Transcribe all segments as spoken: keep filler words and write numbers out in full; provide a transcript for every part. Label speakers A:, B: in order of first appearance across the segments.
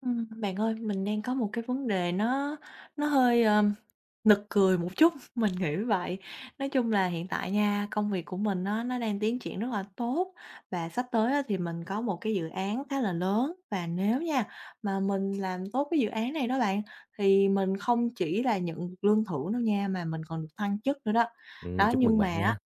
A: Ừm, bạn ơi, mình đang có một cái vấn đề nó nó hơi, ờm, nực cười một chút, mình nghĩ vậy. Nói chung là hiện tại nha, công việc của mình nó nó đang tiến triển rất là tốt và sắp tới á, thì mình có một cái dự án khá là lớn và nếu nha, mà mình làm tốt cái dự án này đó bạn, thì mình không chỉ là nhận được lương thưởng đâu nha, mà mình còn được thăng chức nữa đó.
B: Ừm,
A: Đó,
B: chúc mừng
A: nhưng mà
B: bạn
A: á
B: nha.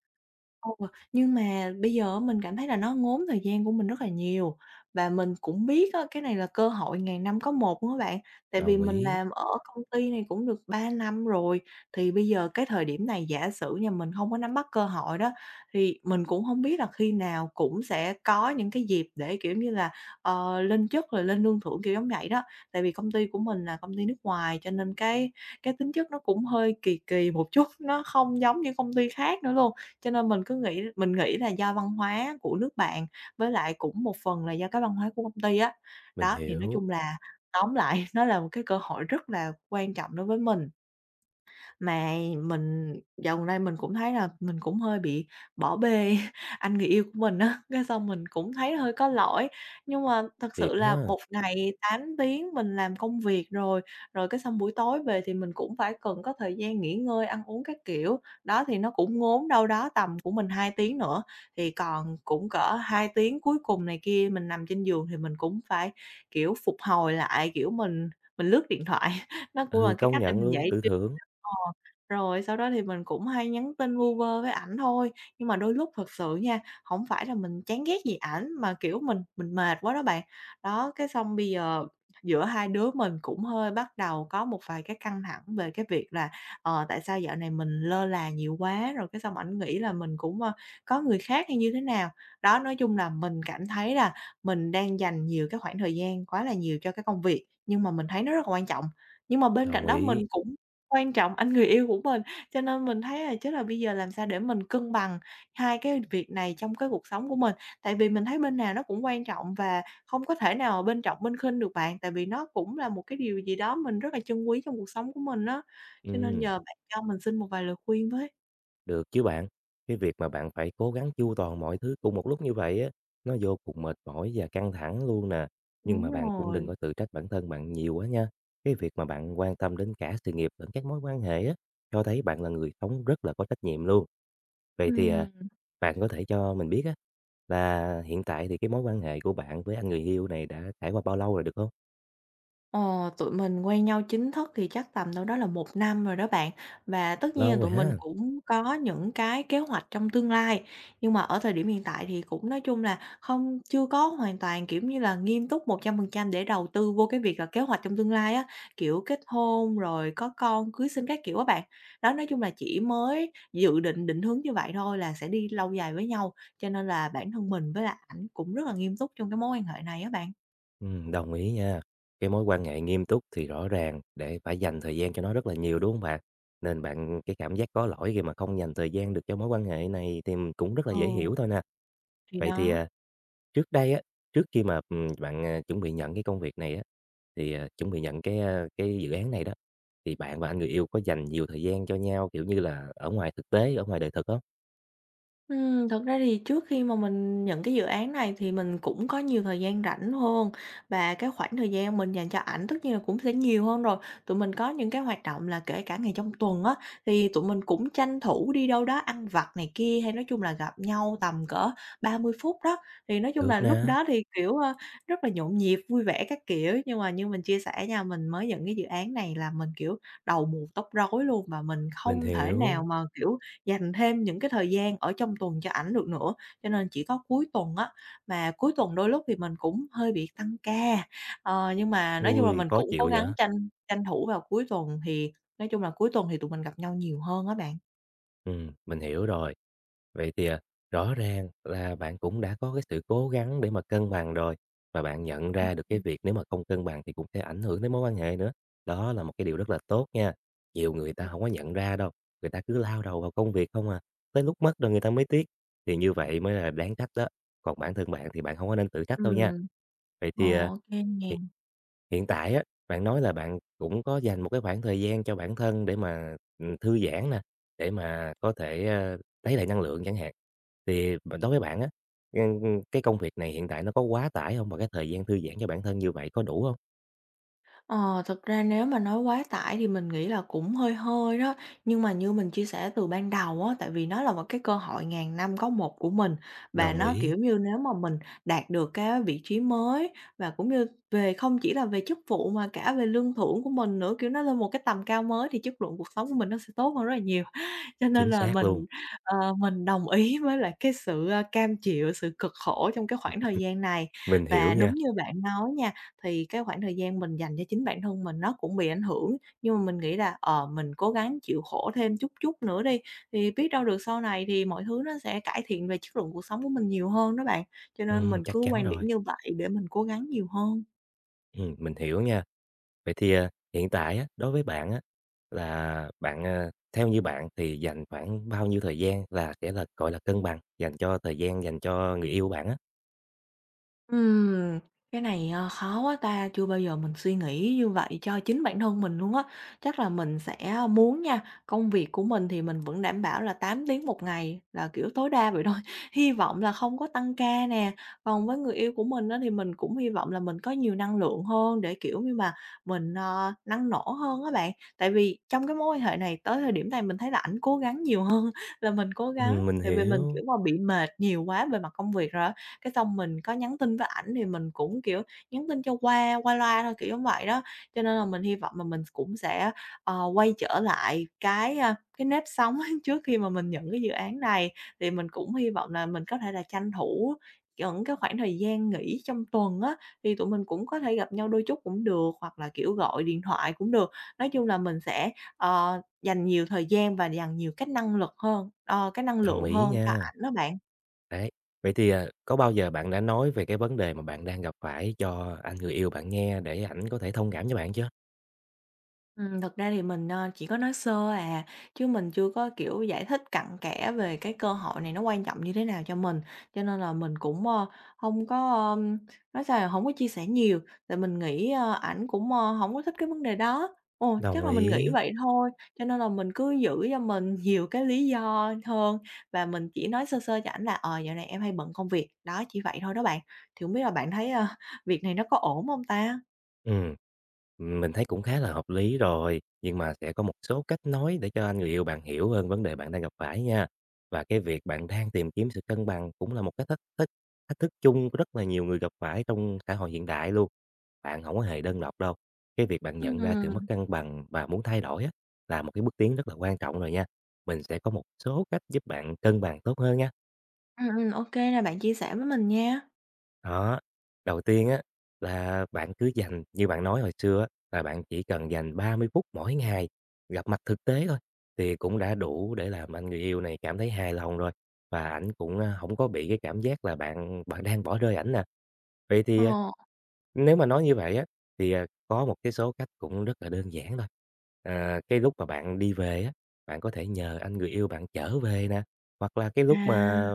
A: ừ, nhưng mà bây giờ mình cảm thấy là nó ngốn thời gian của mình rất là nhiều. Và mình cũng biết á, cái này là cơ hội ngàn năm có một luôn á bạn, tại vì
B: Đồng
A: mình
B: ý,
A: làm ở công ty này cũng được ba năm rồi, thì bây giờ cái thời điểm này giả sử nhà mình không có nắm bắt cơ hội đó, thì mình cũng không biết là khi nào cũng sẽ có những cái dịp để, kiểu như là, ờ, lên chức rồi lên lương thưởng, kiểu giống vậy đó. Tại vì công ty của mình là công ty nước ngoài cho nên cái cái tính chất nó cũng hơi kỳ kỳ một chút, nó không giống như công ty khác nữa luôn, cho nên mình cứ nghĩ mình nghĩ là do văn hóa của nước bạn với lại cũng một phần là do cái văn hóa của công ty á.
B: mình
A: Đó, thì nói
B: hiểu,
A: chung là tóm lại nó là một cái cơ hội rất là quan trọng đối với mình, mà mình dạo gần đây mình cũng thấy là mình cũng hơi bị bỏ bê anh người yêu của mình á, cái xong mình cũng thấy hơi có lỗi. Nhưng mà thật
B: thiệt
A: sự là
B: ha.
A: một ngày tám tiếng mình làm công việc rồi, rồi cái xong buổi tối về thì mình cũng phải cần có thời gian nghỉ ngơi, ăn uống các kiểu. Đó, thì nó cũng ngốn đâu đó tầm của mình hai tiếng nữa, thì còn cũng cỡ hai tiếng cuối cùng này kia mình nằm trên giường thì mình cũng phải, kiểu, phục hồi lại, kiểu, mình mình lướt điện thoại, nó cũng là
B: Ừ,
A: cái
B: công
A: cách để
B: nhận
A: mình
B: luôn,
A: giải
B: tự
A: trí.
B: thưởng,
A: Ờ. Rồi sau đó thì mình cũng hay nhắn tin vu vơ với ảnh thôi, nhưng mà đôi lúc thật sự nha, hổng phải là mình chán ghét gì ảnh mà, kiểu, mình mình mệt quá đó bạn. Đó, cái xong bây giờ giữa hai đứa mình cũng hơi bắt đầu có một vài cái căng thẳng về cái việc là, ờ, tại sao dạo này mình lơ là nhiều quá, rồi cái xong ảnh nghĩ là mình cũng, ơ, có người khác hay như thế nào. Đó, nói chung là mình cảm thấy là mình đang dành nhiều cái khoảng thời gian quá là nhiều cho cái công việc, nhưng mà mình thấy nó rất là quan trọng. Nhưng mà bên cạnh
B: đồng
A: đó
B: ý.
A: mình cũng quan trọng anh người yêu của mình, cho nên mình thấy là chứ là bây giờ làm sao để mình cân bằng hai cái việc này trong cái cuộc sống của mình. Tại vì mình thấy bên nào nó cũng quan trọng và không có thể nào mà bên trọng bên khinh được bạn, tại vì nó cũng là một cái điều gì đó mình rất là trân quý trong cuộc sống của mình á. Cho nên
B: Ừm,
A: nhờ bạn cho mình xin một vài lời khuyên với.
B: được chứ bạn. Cái việc mà bạn phải cố gắng chu toàn mọi thứ cùng một lúc như vậy á, nó vô cùng mệt mỏi và căng thẳng luôn nè. Nhưng
A: Đúng
B: mà bạn cũng đừng
A: rồi.
B: có tự trách bản thân bạn nhiều quá nha. Cái việc mà bạn quan tâm đến cả sự nghiệp lẫn các mối quan hệ á, cho thấy bạn là người sống rất là có trách nhiệm luôn. Vậy thì, à,
A: Ừm.
B: bạn có thể cho mình biết á, là hiện tại thì cái mối quan hệ của bạn với anh người yêu này đã trải qua bao lâu rồi được không?
A: Ờ, tụi mình quen nhau chính thức thì chắc tầm đâu đó là một năm rồi đó bạn. Và tất nhiên là
B: Lâu rồi
A: tụi mình
B: ha?
A: cũng có những cái kế hoạch trong tương lai, nhưng mà ở thời điểm hiện tại thì cũng nói chung là không chưa có hoàn toàn, kiểu như là, nghiêm túc một trăm phần trăm để đầu tư vô cái việc là kế hoạch trong tương lai á, kiểu, kết hôn rồi có con, cưới xin các kiểu á bạn. Đó, nói chung là chỉ mới dự định, định hướng như vậy thôi là sẽ đi lâu dài với nhau, cho nên là bản thân mình với lại ảnh cũng rất là nghiêm túc trong cái mối quan hệ này á bạn.
B: Ừm, đồng ý nha. Cái mối quan hệ nghiêm túc thì rõ ràng để phải dành thời gian cho nó rất là nhiều, đúng không bạn? Nên bạn cái cảm giác có lỗi khi mà không dành thời gian được cho mối quan hệ này thì mình cũng rất là dễ
A: Ồ.
B: hiểu thôi nè.
A: Thì
B: Vậy thì,
A: đó.
B: à, trước đây á, trước khi mà, ừm, bạn, à, chuẩn bị nhận cái công việc này á, thì, à, chuẩn bị nhận cái, a, cái dự án này đó, thì bạn và anh người yêu có dành nhiều thời gian cho nhau, kiểu như là, ở ngoài thực tế, ở ngoài đời thực không?
A: Ừm, thật ra thì trước khi mà mình nhận cái dự án này thì mình cũng có nhiều thời gian rảnh hơn và cái khoảng thời gian mình dành cho ảnh tất nhiên là cũng sẽ nhiều hơn rồi. Tụi mình có những cái hoạt động là kể cả ngày trong tuần á thì tụi mình cũng tranh thủ đi đâu đó ăn vặt này kia hay nói chung là gặp nhau tầm cỡ ba mươi phút đó. Thì nói chung là
B: Được
A: lúc
B: nè,
A: đó thì, kiểu, ơ, rất là nhộn nhịp, vui vẻ các kiểu, nhưng mà như mình chia sẻ nha, mình mới nhận cái dự án này là mình, kiểu, đầu mù tóc rối luôn và mình
B: mình
A: không thể nào
B: hiểu.
A: mà, kiểu. Dành thêm những cái thời gian ở trong tuần cho ảnh được nữa, cho nên chỉ có cuối tuần á, mà cuối tuần đôi lúc thì mình cũng hơi bị tăng ca. Ờ, nhưng mà nói chung là
B: Ui
A: mình
B: khó
A: cũng cố
B: chịu
A: gắng
B: vậy?
A: tranh tranh thủ vào cuối tuần thì nói chung là cuối tuần thì tụi mình gặp nhau nhiều hơn á bạn.
B: Ừm, mình hiểu rồi. Vậy thì, à, rõ ràng là bạn cũng đã có cái sự cố gắng để mà cân bằng rồi, và bạn nhận
A: Ừm,
B: ra được cái
A: ừm,
B: việc nếu mà không cân bằng thì cũng sẽ ảnh hưởng đến mối quan hệ nữa. Đó là một cái điều rất là tốt nha. Nhiều người ta
A: ừm.
B: không có nhận ra đâu, người ta cứ lao đầu vào công việc không à, tới lúc mất rồi người ta mới tiếc, thì như vậy mới là đáng trách đó. Còn bản thân bạn thì bạn không có nên tự trách đâu nha.
A: Ừm,
B: Vậy
A: ờ,
B: thì, à,
A: ô nè.
B: hiện hiện tại á, bạn nói là bạn cũng có dành một cái khoảng thời gian cho bản thân để mà, ừm, thư giãn nè, để mà có thể, a lấy lại năng lượng chẳng hạn. Thì b đối với bạn á, ừm, cái công việc này hiện tại nó có quá tải không? Và cái thời gian thư giãn cho bản thân như vậy có đủ không?
A: Ờ, thực ra nếu mà nói quá tải thì mình nghĩ là cũng hơi hơi đó, nhưng mà như mình chia sẻ từ ban đầu á, tại vì nó là một cái cơ hội ngàn năm có một của mình và
B: Đồng
A: nó,
B: ý,
A: kiểu như, nếu mà mình đạt được cái vị trí mới và cũng như về không chỉ là về chức vụ mà cả về lương thưởng của mình nữa, kiểu, nó lên một cái tầm cao mới thì chất lượng cuộc sống của mình nó sẽ tốt hơn rất là nhiều. Cho nên
B: chính
A: là
B: xác luôn,
A: mình, ờ, mình đồng ý với lại cái sự, a, cam chịu, sự cực khổ trong cái khoảng thời gian này.
B: mình hiểu
A: Và đúng
B: nha,
A: như bạn nói nha, thì cái khoảng thời gian mình dành cho chính bản thân mình nó cũng bị ảnh hưởng, nhưng mà mình nghĩ là, ờ, mình cố gắng chịu khổ thêm chút chút nữa đi, thì biết đâu được sau này thì mọi thứ nó sẽ cải thiện về chất lượng cuộc sống của mình nhiều hơn đó bạn. Cho nên mình
B: ừm, chắc
A: cứ
B: chắn
A: quan điểm
B: rồi.
A: như vậy để mình cố gắng nhiều hơn.
B: Ừm, mình hiểu nha. Vậy thì, à, hiện tại á, đối với bạn á, là bạn, à, theo như bạn thì dành khoảng bao nhiêu thời gian là sẽ là, gọi là, cân bằng, dành cho thời gian dành cho người yêu bạn á?
A: Ừm, cái này, ờ, khó quá ta, chưa bao giờ mình suy nghĩ như vậy cho chính bản thân mình luôn á. Chắc là mình sẽ muốn nha, công việc của mình thì mình vẫn đảm bảo là tám tiếng một ngày, là, kiểu, tối đa vậy thôi, hy vọng là không có tăng ca nè. Còn với người yêu của mình á, thì mình cũng hy vọng là mình có nhiều năng lượng hơn để, kiểu như mà, mình, ờ, năng nổ hơn á bạn. Tại vì trong cái mối quan hệ này tới thời điểm này mình thấy là ảnh cố gắng nhiều hơn là mình cố gắng,
B: Ừm, mình
A: tại vì mình,
B: hiểu,
A: kiểu mà, bị mệt nhiều quá về mặt công việc rồi á. Cái xong mình có nhắn tin với ảnh thì mình cũng, kiểu, nhắn tin cho qua, qua loa thôi, kiểu giống vậy đó. Cho nên là mình hy vọng mà mình cũng sẽ, ờ, quay trở lại cái, a, cái nếp sống trước khi mà mình nhận cái dự án này. Thì mình cũng hy vọng là mình có thể là tranh thủ những cái khoảng thời gian nghỉ trong tuần á, thì tụi mình cũng có thể gặp nhau đôi chút cũng được, hoặc là, kiểu, gọi điện thoại cũng được. Nói chung là mình sẽ, ờ, dành nhiều thời gian và dành nhiều cái năng lực hơn, ờ, cái năng
B: đồng
A: lượng
B: ý
A: hơn cho
B: nha.
A: ảnh đó bạn.
B: Đấy, vậy thì, à, có bao giờ bạn đã nói về cái vấn đề mà bạn đang gặp phải cho anh người yêu bạn nghe để ảnh có thể thông cảm cho bạn chưa?
A: Ừm, thật ra thì mình, ờ, chỉ có nói sơ à, chứ mình chưa có, kiểu, giải thích cặn kẽ về cái cơ hội này nó quan trọng như thế nào cho mình, cho nên là mình cũng, ơ, hông có, ờm, nói sao nhỉ, hổng có chia sẻ nhiều, tại mình nghĩ, ơ, ảnh cũng, ơ, hổng có thích cái vấn đề đó. Ồ, chắc
B: Đồng
A: là mình nghĩ
B: ý.
A: vậy thôi, cho nên là mình cứ giữ cho mình nhiều cái lý do hơn và mình chỉ nói sơ sơ cho ảnh là "Ờ, dạo này em hay bận công việc." Đó, chỉ vậy thôi đó bạn, thì không biết là bạn thấy, ơ, việc này nó có ổn không ta?
B: Ừ, mình thấy cũng khá là hợp lý rồi, nhưng mà sẽ có một số cách nói để cho anh người yêu bạn hiểu hơn vấn đề bạn đang gặp phải nha. Và cái việc bạn đang tìm kiếm sự cân bằng cũng là một cái thách thức thách thức chung của rất là nhiều người gặp phải trong xã hội hiện đại luôn. Bạn không có hề đơn độc đâu. Cái việc bạn nhận ra sự mất
A: Ừm.
B: cân bằng và muốn thay đổi á, là một cái bước tiến rất là quan trọng rồi nha. Mình sẽ có một số cách giúp bạn cân bằng tốt hơn nha.
A: Ừm, ừm, ô kê nè, bạn chia sẻ với mình nha.
B: Đó, đầu tiên á, là bạn cứ dành như bạn nói hồi xưa á, là bạn chỉ cần dành ba mươi phút mỗi ngày gặp mặt thực tế thôi, thì cũng đã đủ để làm anh người yêu này cảm thấy hài lòng rồi, và ảnh cũng, a, hổng có bị cái cảm giác là bạn bạn đang bỏ rơi ảnh nè. Vậy
A: Ờ,
B: thì, à, nếu mà nói như vậy á, thì, à, có một cái số cách cũng rất là đơn giản thôi. À, cái lúc mà bạn đi về á, bạn có thể nhờ anh người yêu bạn chở về nè, hoặc là cái lúc
A: à,
B: mà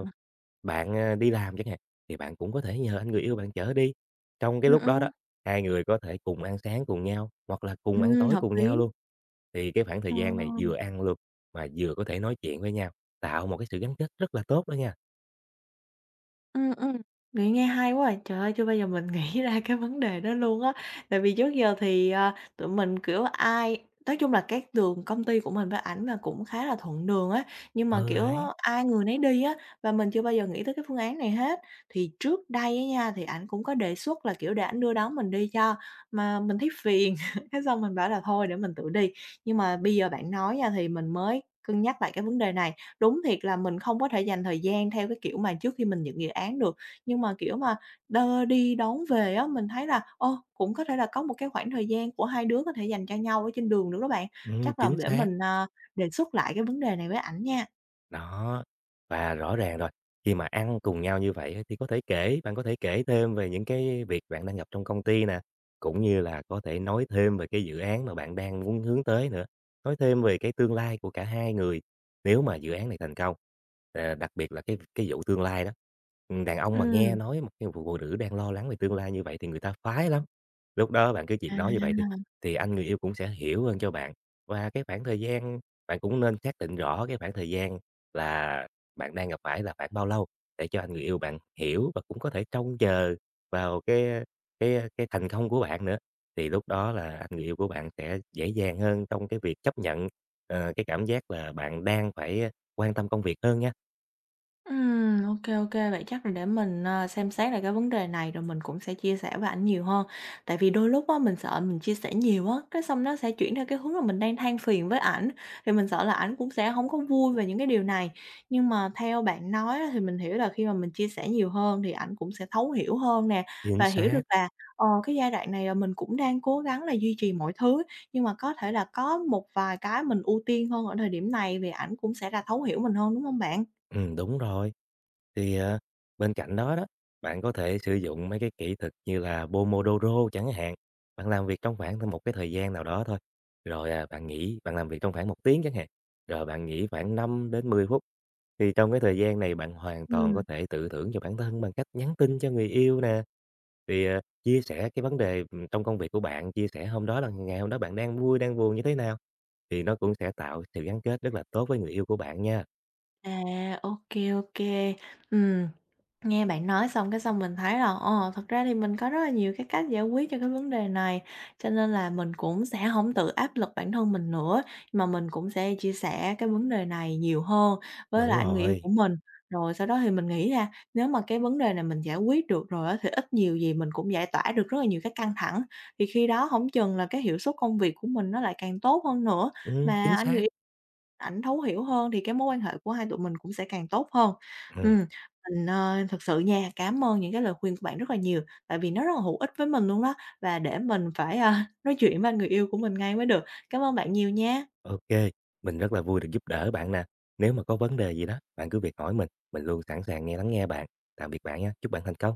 B: bạn, a, đi làm chẳng hạn thì bạn cũng có thể nhờ anh người yêu bạn chở đi. Trong cái
A: ừm,
B: lúc đó đó,
A: ừm,
B: hai người có thể cùng ăn sáng cùng nhau, hoặc là cùng ăn
A: ừm,
B: tối
A: hợp
B: cùng nhau
A: lý.
B: luôn. Thì cái khoảng thời
A: Ờ,
B: gian này vừa ăn luôn, mà vừa có thể nói chuyện với nhau, tạo một cái sự gắn kết rất là tốt đó nha.
A: ừm, ừm, vậy nghe hay quá à. Trời ơi, chưa bao giờ mình nghĩ ra cái vấn đề đó luôn á. Tại vì trước giờ thì, ờ, tụi mình, kiểu, ai nói chung là cái đường công ty của mình với ảnh là cũng khá là thuận đường á, nhưng mà,
B: Ừ,
A: kiểu,
B: đấy,
A: ai người nấy đi á, và mình chưa bao giờ nghĩ tới cái phương án này hết. Thì trước đây á nha, thì ảnh cũng có đề xuất là, kiểu, để ảnh đưa đón mình đi cho, mà mình thấy phiền, cái xong mình bảo là thôi để mình tự đi. Nhưng mà bây giờ bạn nói nha thì mình mới cân nhắc lại cái vấn đề này. Đúng thiệt là mình không có thể dành thời gian theo cái kiểu mà trước khi mình nhận dự án được, nhưng mà, kiểu mà, đơ đi đón về á, mình thấy là, ô, cũng có thể là có một cái khoảng thời gian của hai đứa có thể dành cho nhau ở trên đường nữa đó bạn.
B: ừm,
A: Chắc là
B: chính
A: để
B: xác.
A: mình, à, đề xuất lại cái vấn đề này với ảnh nha.
B: Đó, và rõ ràng rồi, khi mà ăn cùng nhau như vậy á thì có thể kể bạn có thể kể thêm về những cái việc bạn đang gặp trong công ty nè, cũng như là có thể nói thêm về cái dự án mà bạn đang muốn hướng tới nữa, nói thêm về cái tương lai của cả hai người nếu mà dự án này thành công. Ờ, đặc biệt là cái cái vụ tương lai đó, ừm, đàn ông mà nghe
A: Ừ.
B: nói một cái phụ nữ đang lo lắng về tương lai như vậy thì người ta phái lắm. Lúc đó bạn cứ chuyện nói như vậy thì, thì anh người yêu cũng sẽ hiểu hơn cho bạn và cái khoảng thời gian bạn cũng nên xác định rõ cái khoảng thời gian là bạn đang gặp phải là khoảng bao lâu để cho anh người yêu bạn hiểu và cũng có thể trông chờ vào cái, cái, cái thành công của bạn nữa. Thì lúc đó là anh người yêu của bạn sẽ dễ dàng hơn trong cái việc chấp nhận, ờ, cái cảm giác là bạn đang phải, quan tâm công việc hơn nha.
A: Ừm, ô kê ô kê, vậy chắc là để mình, ờ, xem xét lại cái vấn đề này rồi mình cũng sẽ chia sẻ với ảnh nhiều hơn. Tại vì đôi lúc á, mình sợ mình chia sẻ nhiều á, cái xong nó sẽ chuyển theo cái hướng là mình đang than phiền với ảnh, thì mình sợ là ảnh cũng sẽ không có vui về những cái điều này. Nhưng mà theo bạn nói á, thì mình hiểu là khi mà mình chia sẻ nhiều hơn thì ảnh cũng sẽ thấu hiểu hơn nè,
B: Chính
A: và hiểu được
B: xác,
A: là, ờ, cái giai đoạn này là mình cũng đang cố gắng là duy trì mọi thứ, nhưng mà có thể là có một vài cái mình ưu tiên hơn ở thời điểm này, vì ảnh cũng sẽ là thấu hiểu mình hơn, đúng không bạn?
B: ừm, đúng rồi. Thì, ờ, bên cạnh đó đó, bạn có thể sử dụng mấy cái kỹ thuật như là Pomodoro chẳng hạn. Bạn làm việc trong khoảng một cái thời gian nào đó thôi, rồi, à, bạn nghỉ, bạn làm việc trong khoảng một tiếng chẳng hạn, rồi bạn nghỉ khoảng năm đến mười phút. Thì trong cái thời gian này bạn hoàn toàn có
A: Ừm.
B: thể tự thưởng cho bản thân bằng cách nhắn tin cho người yêu nè, thì, ờ, chia sẻ cái vấn đề, ừm, trong công việc của bạn, chia sẻ hôm đó là ngày hôm đó bạn đang vui, đang buồn như thế nào, thì nó cũng sẽ tạo sự gắn kết rất là tốt với người yêu của bạn nha.
A: À, ô kê, Ừm, nghe bạn nói xong cái xong mình thấy là, ờ, thật ra thì mình có rất là nhiều cái cách giải quyết cho cái vấn đề này, cho nên là mình cũng sẽ không tự áp lực bản thân mình nữa, mà mình cũng sẽ chia sẻ cái vấn đề này nhiều hơn với
B: Đúng
A: lại người yêu của
B: rồi,
A: mình. Rồi sau đó thì mình nghĩ ra nếu mà cái vấn đề này mình giải quyết được rồi á, thì ít nhiều gì mình cũng giải tỏa được rất là nhiều cái căng thẳng, thì khi đó không chừng là cái hiệu suất công việc của mình nó lại càng tốt hơn nữa.
B: ừm,
A: Mà
B: chính
A: anh
B: xác,
A: người Ảnh thấu hiểu hơn thì cái mối quan hệ của hai tụi mình cũng sẽ càng tốt hơn.
B: ừm.
A: Ừm, mình, ờ, thực sự nha, cảm ơn những cái lời khuyên của bạn rất là nhiều, tại vì nó rất là hữu ích với mình luôn đó, và để mình phải, à, nói chuyện với người yêu của mình ngay mới được. Cảm ơn bạn nhiều nha.
B: ô kê, mình rất là vui được giúp đỡ bạn nè. Nếu mà có vấn đề gì đó, bạn cứ việc hỏi mình, mình luôn sẵn sàng nghe lắng nghe bạn. Tạm biệt bạn nhé, chúc bạn thành công.